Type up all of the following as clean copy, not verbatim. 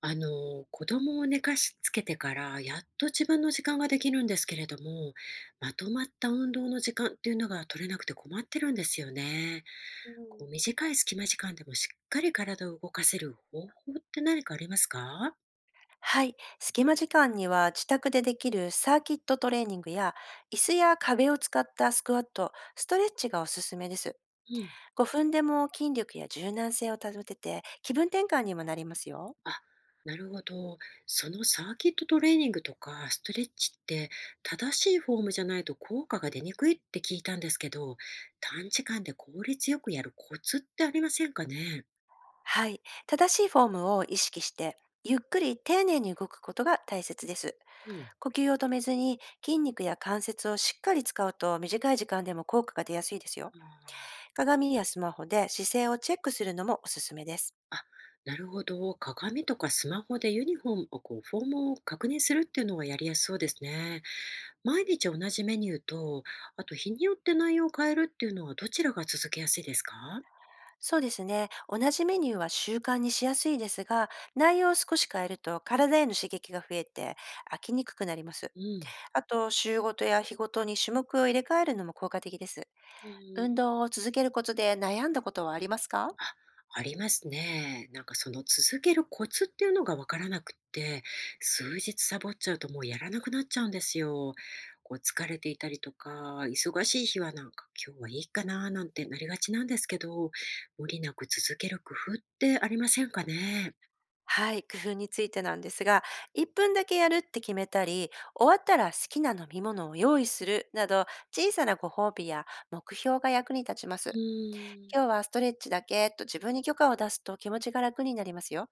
子供を寝かしつけてからやっと自分の時間ができるんですけれども、まとまった運動の時間っていうのが取れなくて困ってるんですよね。うこうん。短い隙間時間でもしっかり体を動かせる方法って何かありますか？はい。隙間時間には自宅でできるサーキットトレーニングや椅子や壁を使ったスクワット、ストレッチがおすすめです。うん。5分でも筋力や柔軟性を保てて気分転換にもなりますよ。あ、なるほど。そのサーキットトレーニングとかストレッチって正しいフォームじゃないと効果が出にくいって聞いたんですけど、短時間で効率よくやるコツってありませんかね？はい。正しいフォームを意識してゆっくり丁寧に動くことが大切です。うん。呼吸を止めずに筋肉や関節をしっかり使うと短い時間でも効果が出やすいですよ。あー。鏡やスマホで姿勢をチェックするのもおすすめです。あ、なるほど。鏡とかスマホでユニフォームをこう、フォームを確認するっていうのはやりやすそうですね。毎日同じメニューと、あと日によって内容を変えるっていうのはどちらが続けやすいですか？そうですね。同じメニューは習慣にしやすいですが、内容を少し変えると体への刺激が増えて飽きにくくなります。うん。あと、週ごとや日ごとに種目を入れ替えるのも効果的です。うん。運動を続けることで悩んだことはありますか？あ、ありますね。なんかその続けるコツっていうのがわからなくって、数日サボっちゃうともうやらなくなっちゃうんですよ。こう疲れていたりとか、忙しい日はなんか今日はいいかななんてなりがちなんですけど、無理なく続ける工夫ってありませんかね？はい、工夫についてなんですが、1分だけやるって決めたり、終わったら好きな飲み物を用意するなど、小さなご褒美や目標が役に立ちます。うーん。今日はストレッチだけと自分に許可を出すと気持ちが楽になりますよ。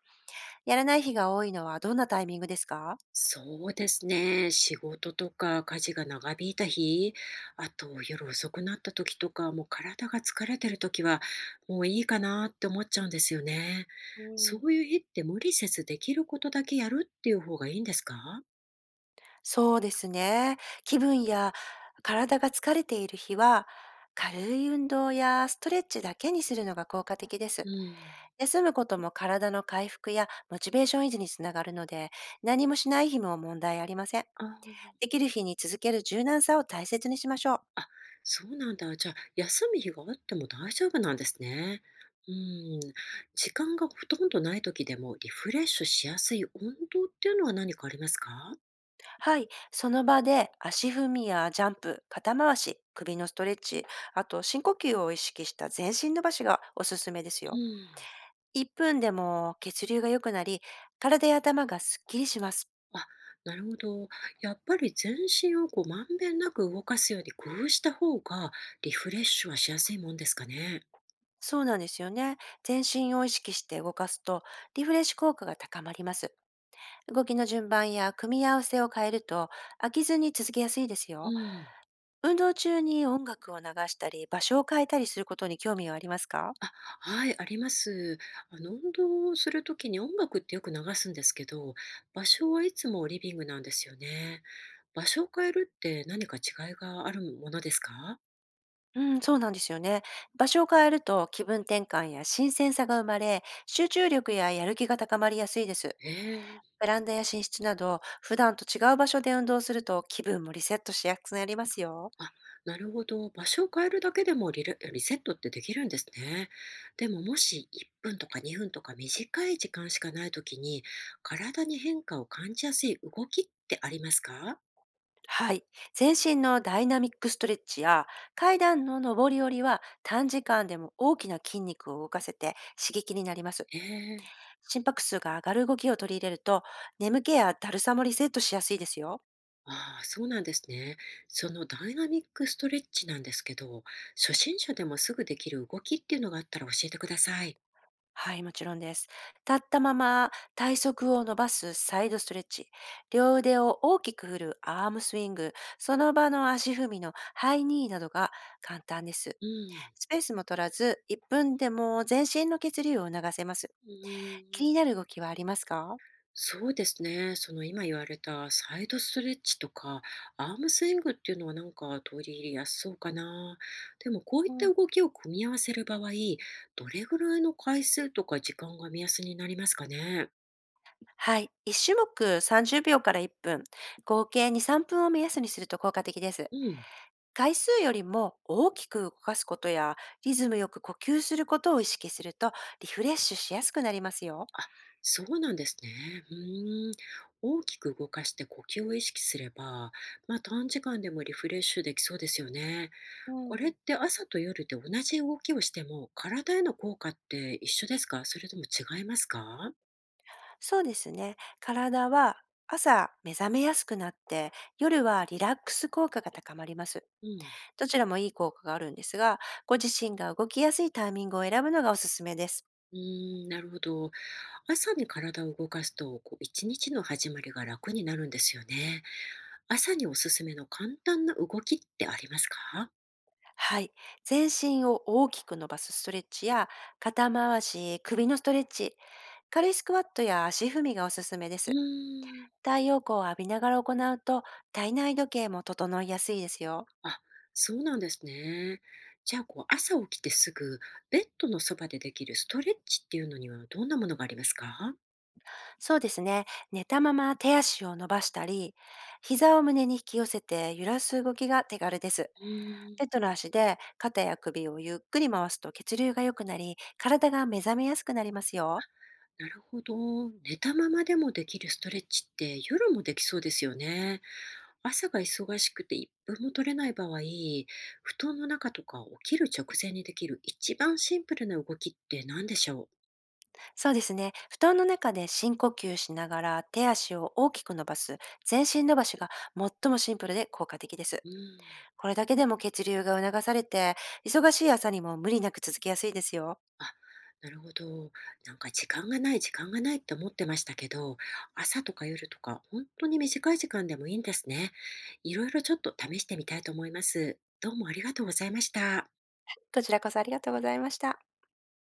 やらない日が多いのはどんなタイミングですか？そうですね。仕事とか家事が長引いた日、あと夜遅くなった時とか、もう体が疲れてる時は、もういいかなって思っちゃうんですよね。うそん。ういう日って無理せずできることだけやるっていう方がいいんですか？そうですね。気分や体が疲れている日は、軽い運動やストレッチだけにするのが効果的でうす。ん。休むことも体の回復やモチベーション維持につながるので、何もしない日も問題ありません。ああ、できる日に続ける柔軟さを大切にしましょう。あ、そうなんだ。じゃあ、休む日があっても大丈夫なんですね。うん。時間がほとんどない時でもリフレッシュしやすい運動っていうのは何かありますか？はい、その場で足踏みやジャンプ、肩回し、首のストレッチ、あと深呼吸を意識した全身伸ばしがおすすめですうよ。ん。1分でも血流が良くなり、体や頭がすっきりします。あ、なるほど。やっぱり全身をこうまんべんなく動かすように工夫した方がリフレッシュはしやすいもんですかね？そうなんですよね。全身を意識して動かすと、リフレッシュ効果が高まります。動きの順番や組み合わせを変えると、飽きずに続けやすいですうよ。ん。運動中に音楽を流したり、場所を変えたりすることに興味はありますか？あ、はい、あります。運動をするときに音楽ってよく流すんですけど、場所はいつもリビングなんですよね。場所を変えるって何か違いがあるものですか？うん、そうなんですよね。場所を変えると気分転換や新鮮さが生まれ、集中力ややる気が高まりやすいです。ええ。ベランダや寝室など、普段と違う場所で運動すると気分もリセットしやすくなりますよ。あ、なるほど。場所を変えるだけでもリレリセットってできるんですね。でももし1分とか2分とか短い時間しかないときに、体に変化を感じやすい動きってありますか？はい。全身のダイナミックストレッチや階段の上り下りは短時間でも大きな筋肉を動かせて刺激になります。ええ。心拍数が上がる動きを取り入れると眠気やだるさもリセットしやすいですよ。ああ、そうなんですね。そのダイナミックストレッチなんですけど、初心者でもすぐできる動きっていうのがあったら教えてください。はい、もちろんです。立ったまま体側を伸ばすサイドストレッチ、両腕を大きく振るアームスイング、その場の足踏みのハイニーなどが簡単です。うん。スペースも取らず、1分でも全身の血流を促せます。うー気ん。になる動きはありますか？そうですね。その今言われたサイドストレッチとかアームスイングっていうのはなんか取り入れやすそうかな。でもこういっうん、た動きを組み合わせる場合、どれぐらいの回数とか時間が目安になりますかね？はい。1種目30秒から1分、合計2、3分を目安にすると効果的です。うん。回数よりも大きく動かすことやリズムよく呼吸することを意識するとリフレッシュしやすくなりますよ。あ、そうなんですね。うーん。大きく動かして呼吸を意識すれば、まあ短時間でもリフレッシュできそうですよね。うこれっん。て朝と夜で同じ動きをしても体への効果って一緒ですか、それとも違いますか？そうですね。体は朝目覚めやすくなって夜はリラックス効果が高まります。うん。どちらもいい効果があるんですが、ご自身が動きやすいタイミングを選ぶのがおすすめです。うーん、なるほど。朝に体を動かすと、こう、一日の始まりが楽になるんですよね。朝におすすめの簡単な動きってありますか？はい。全身を大きく伸ばすストレッチや肩回し、首のストレッチ、軽いスクワットや足踏みがおすすめでうす。ーん。太陽光を浴びながら行うと体内時計も整いやすいですよ。あ、そうなんですね。じゃあ、こう、朝起きてすぐ、ベッドのそばでできるストレッチっていうのにはどんなものがありますか？そうですね。寝たまま手足を伸ばしたり、膝を胸に引き寄せて揺らす動きが手軽です。うー手ん、と足で肩や首をゆっくり回すと血流が良くなり、体が目覚めやすくなりますよ。なるほど。寝たままでもできるストレッチって夜もできそうですよね。朝が忙しくて一分も取れない場合、布団の中とか起きる直前にできる一番シンプルな動きって何でしょそうですね。布団の中で深呼吸しながら手足を大きく伸ばす全身伸ばしが最もシンプルで効果的です。う？うん。これだけでも血流が促されて、忙しい朝にも無理なく続けやすいですよ。あ、なるほど。なんか時間がない、時間がないって思ってましたけど、朝とか夜とか本当に短い時間でもいいんですね。いろいろちょっと試してみたいと思います。どうもありがとうございました。こちらこそありがとうございました。